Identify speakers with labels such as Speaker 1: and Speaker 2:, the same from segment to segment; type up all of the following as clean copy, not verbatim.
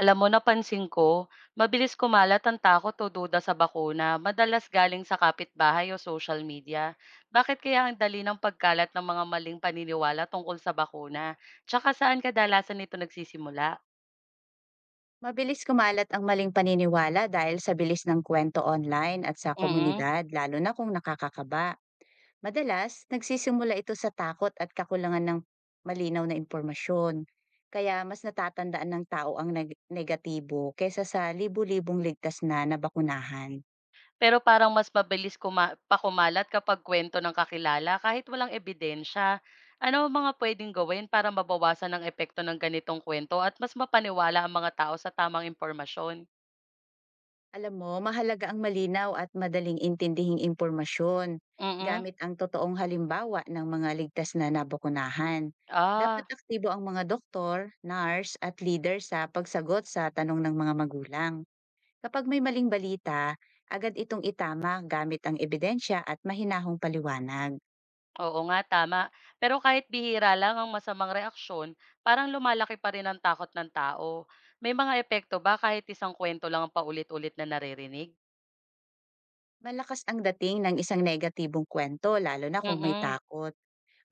Speaker 1: Alam mo, napansin ko, mabilis kumalat ang takot o duda sa bakuna, madalas galing sa kapitbahay o social media. Bakit kaya ang dali ng pagkalat ng mga maling paniniwala tungkol sa bakuna? Tsaka saan kadalasan ito nagsisimula?
Speaker 2: Mabilis kumalat ang maling paniniwala dahil sa bilis ng kwento online at sa
Speaker 1: Mm.
Speaker 2: komunidad, lalo na kung nakakakaba. Madalas, nagsisimula ito sa takot at kakulangan ng malinaw na impormasyon. Kaya mas natatandaan ng tao ang negatibo kaysa sa libu-libong ligtas na nabakunahan.
Speaker 1: Pero parang mas mabilis pakumalat kapag kwento ng kakilala kahit walang ebidensya. Ano ang mga pwedeng gawin para mabawasan ang epekto ng ganitong kwento at mas mapaniwala ang mga tao sa tamang impormasyon?
Speaker 2: Alam mo, mahalaga ang malinaw at madaling intindihing impormasyon
Speaker 1: Mm.
Speaker 2: gamit ang totoong halimbawa ng mga ligtas na nabakunahan. Dapat
Speaker 1: Ah.
Speaker 2: aktibo ang mga doktor, nurse at leader sa pagsagot sa tanong ng mga magulang. Kapag may maling balita, agad itong itama gamit ang ebidensya at mahinahong paliwanag.
Speaker 1: Oo nga, tama. Pero kahit bihira lang ang masamang reaksyon, parang lumalaki pa rin ang takot ng tao. May mga epekto ba kahit isang kwento lang ang paulit-ulit na naririnig?
Speaker 2: Malakas ang dating ng isang negatibong kwento lalo na kung may
Speaker 1: Mm-mm.
Speaker 2: takot.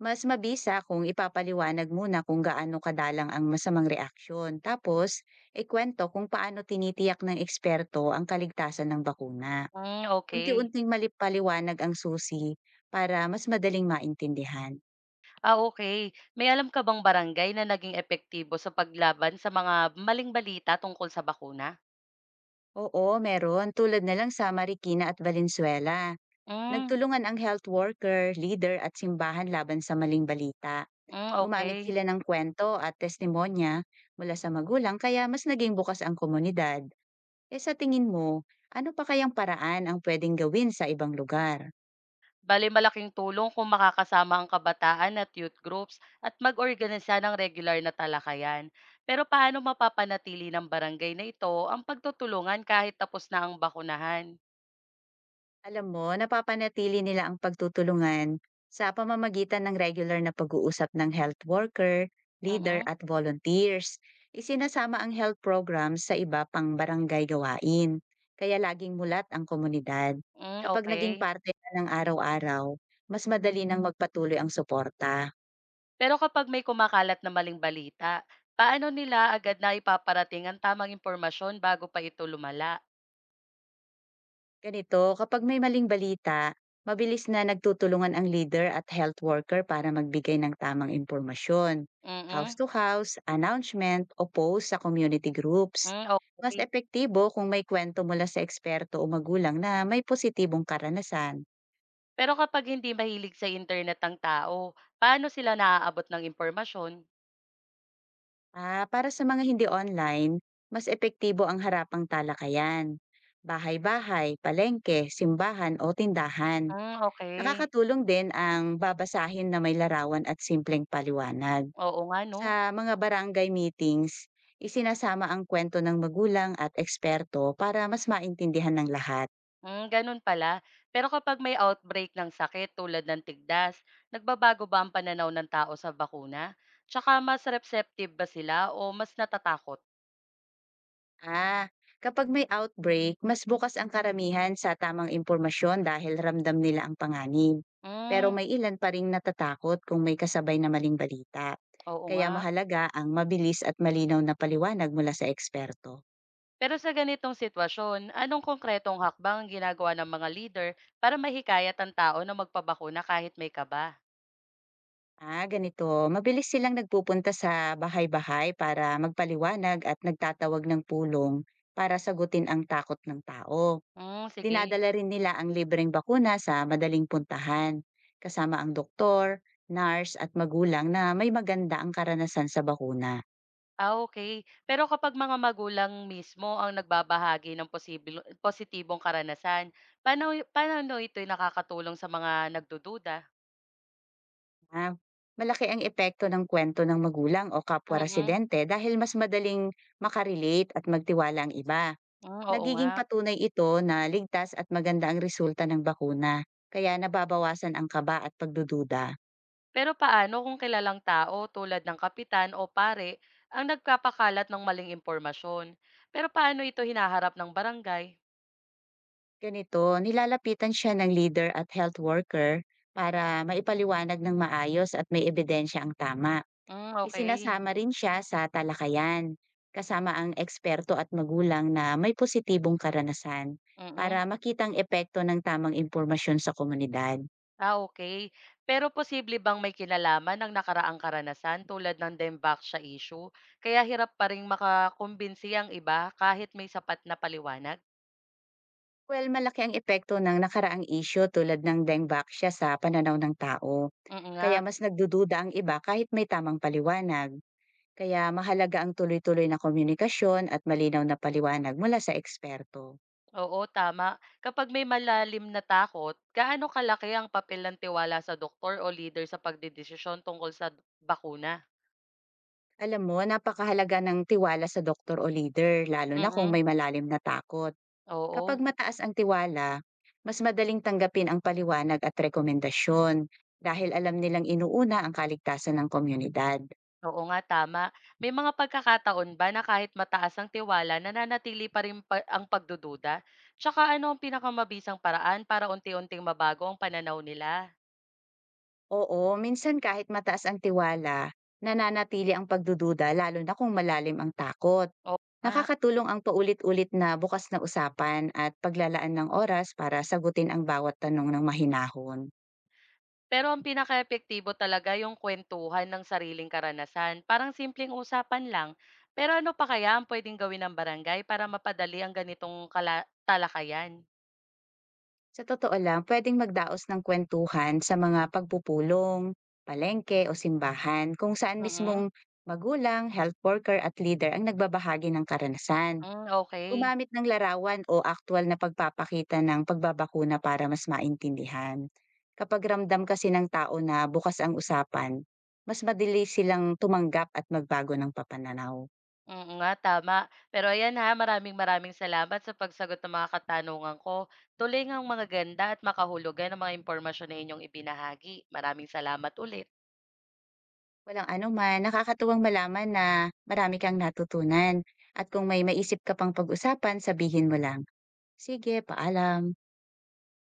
Speaker 2: Mas mabisa kung ipapaliwanag muna kung gaano kadalang ang masamang reaksyon. Tapos, ikwento kung paano tinitiyak ng eksperto ang kaligtasan ng bakuna.
Speaker 1: Mm, okay.
Speaker 2: Unti-unting malipaliwanag ang susi para mas madaling maintindihan.
Speaker 1: Ah, okay. May alam ka bang barangay na naging epektibo sa paglaban sa mga maling balita tungkol sa bakuna?
Speaker 2: Oo, meron. Tulad na lang sa Marikina at Valenzuela.
Speaker 1: Mm,
Speaker 2: Nagtulungan ang health worker, leader at simbahan laban sa maling balita.
Speaker 1: mm,
Speaker 2: Gumamit
Speaker 1: okay.
Speaker 2: sila ng kwento at testimonya mula sa magulang kaya mas naging bukas ang komunidad. Eh sa tingin mo, ano pa kayang paraan ang pwedeng gawin sa ibang lugar?
Speaker 1: Bale malaking tulong kung makakasama ang kabataan at youth groups at mag-organisa ng regular na talakayan. Pero paano mapapanatili ng barangay na ito ang pagtutulungan kahit tapos na ang bakunahan?
Speaker 2: Alam mo, napapanatili nila ang pagtutulungan sa pamamagitan ng regular na pag-uusap ng health worker, leader
Speaker 1: Mm-mm.
Speaker 2: at volunteers. Isinasama ang health programs sa iba pang barangay gawain, kaya laging mulat ang komunidad.
Speaker 1: Mm, hmm,
Speaker 2: Kapag naging
Speaker 1: okay.
Speaker 2: parte na ng araw-araw, mas madali nang magpatuloy ang suporta.
Speaker 1: Pero kapag may kumakalat na maling balita, paano nila agad na ipaparating ang tamang impormasyon bago pa ito lumala?
Speaker 2: Ganito, kapag may maling balita, mabilis na nagtutulungan ang leader at health worker para magbigay ng tamang impormasyon. House
Speaker 1: Mm-mm.
Speaker 2: to house, announcement o post sa community groups.
Speaker 1: Mm, hmm,
Speaker 2: Mas
Speaker 1: okay.
Speaker 2: epektibo kung may kwento mula sa eksperto o magulang na may positibong karanasan.
Speaker 1: Pero kapag hindi mahilig sa internet ang tao, paano sila naaabot ng impormasyon?
Speaker 2: Ah, para sa mga hindi online, mas epektibo ang harapang talakayan. Bahay-bahay, palengke, simbahan o tindahan.
Speaker 1: Hmm, okay.
Speaker 2: Nakakatulong din ang babasahin na may larawan at simpleng paliwanag.
Speaker 1: Oo nga 'no.
Speaker 2: Sa mga barangay meetings, isinasama ang kwento ng magulang at eksperto para mas maintindihan ng lahat.
Speaker 1: Hmm, gano'n pala. Pero kapag may outbreak ng sakit tulad ng tigdas, nagbabago ba ang pananaw ng tao sa bakuna? Tsaka mas receptive ba sila o mas natatakot?
Speaker 2: Ah, kapag may outbreak, mas bukas ang karamihan sa tamang impormasyon dahil ramdam nila ang panganib. Pero
Speaker 1: Hmm,
Speaker 2: may ilan pa ring natatakot kung may kasabay na maling balita.
Speaker 1: oo
Speaker 2: Kaya
Speaker 1: nga.
Speaker 2: mahalaga ang mabilis at malinaw na paliwanag mula sa eksperto.
Speaker 1: Pero sa ganitong sitwasyon, anong konkretong hakbang ang ginagawa ng mga leader para mahikayat ang tao na magpabakuna kahit may kaba?
Speaker 2: Ah, ganito. Mabilis silang nagpupunta sa bahay-bahay para magpaliwanag at nagtatawag ng pulong para sagutin ang takot ng tao.
Speaker 1: Hmm, sige.
Speaker 2: Dinadala rin nila ang libreng bakuna sa madaling puntahan, kasama ang doktor, nurse at magulang na may maganda ang karanasan sa bakuna.
Speaker 1: Ah, okay. Pero kapag mga magulang mismo ang nagbabahagi ng posibleng positibong karanasan, paano paano ito nakakatulong sa mga nagdududa?
Speaker 2: Ah, malaki ang epekto ng kwento ng magulang o kapwa
Speaker 1: Mm-mm. Mm.
Speaker 2: residente dahil mas madaling makarelate at magtiwala ang iba.
Speaker 1: Hmm, oo nga.
Speaker 2: Nagiging patunay ito na ligtas at maganda ang resulta ng bakuna, kaya nababawasan ang kaba at pagdududa.
Speaker 1: Pero paano kung kilalang tao tulad ng kapitan o pare ang nagkapakalat ng maling impormasyon? Pero paano ito hinaharap ng barangay?
Speaker 2: Ganito, nilalapitan siya ng leader at health worker para maipaliwanag ng maayos at may ebidensya ang tama.
Speaker 1: Hmm, okey. Mm. Okay.
Speaker 2: Isinasama rin siya sa talakayan, kasama ang eksperto at magulang na may positibong karanasan para
Speaker 1: Mm-mm.
Speaker 2: makitang epekto ng tamang impormasyon sa komunidad.
Speaker 1: Ah, okay. Pero posible bang may kinalaman ang nakaraang karanasan tulad ng Dembaksya issue kaya hirap pa ring makakumbinsi ang iba kahit may sapat na paliwanag?
Speaker 2: Well, malaki ang epekto ng nakaraang isyo tulad ng dengue sa pananaw ng tao.
Speaker 1: Mm nga.
Speaker 2: Kaya mas nagdududa ang iba kahit may tamang paliwanag. Kaya mahalaga ang tuloy-tuloy na komunikasyon at malinaw na paliwanag mula sa eksperto.
Speaker 1: Oo, tama. Kapag may malalim na takot, gaano kalaki ang papel ng tiwala sa doktor o leader sa pagdedesisyon tungkol sa bakuna?
Speaker 2: Alam mo, napakahalaga ng tiwala sa doktor o leader, lalo na kung
Speaker 1: Mm,
Speaker 2: may malalim na takot. Kapag
Speaker 1: oo.
Speaker 2: mataas ang tiwala, mas madaling tanggapin ang paliwanag at rekomendasyon dahil alam nilang inuuna ang kaligtasan ng komunidad.
Speaker 1: Oo nga, tama. May mga pagkakataon ba na kahit mataas ang tiwala, nananatili pa rin pa ang pagdududa? Tsaka ano ang pinakamabisang paraan para unti-unting mabago ang pananaw nila?
Speaker 2: Oo, minsan kahit mataas ang tiwala, nananatili ang pagdududa lalo na kung malalim ang takot.
Speaker 1: Oo nga.
Speaker 2: Nakakatulong ang paulit-ulit na bukas na usapan at paglalaan ng oras para sagutin ang bawat tanong ng mahinahon.
Speaker 1: Pero ang pinakaepektibo talaga yung kwentuhan ng sariling karanasan. Parang simpleng usapan lang. Pero ano pa kaya ang pwedeng gawin ng barangay para mapadali ang ganitong talakayan?
Speaker 2: Sa totoo lang, pwedeng magdaos ng kwentuhan sa mga pagpupulong, palengke o simbahan kung saan mismong
Speaker 1: Mm.
Speaker 2: magulang, health worker at leader ang nagbabahagi ng karanasan.
Speaker 1: Mm, okay.
Speaker 2: Gumamit ng larawan o aktwal na pagpapakita ng pagbabakuna para mas maintindihan. Kapag ramdam kasi ng tao na bukas ang usapan, mas madali silang tumanggap at magbago ng papananaw.
Speaker 1: Oo nga, tama. Pero ayan ha, maraming-maraming salamat sa pagsagot ng mga katanungan ko. Tuloy ngang mga ganda at makahulugan ang mga impormasyon na inyong ibinahagi. Maraming salamat ulit.
Speaker 2: Walang ano man nakakatuwang malaman na marami kang natutunan. At kung may maisip ka pang pag-usapan, sabihin mo lang. Sige, paalam.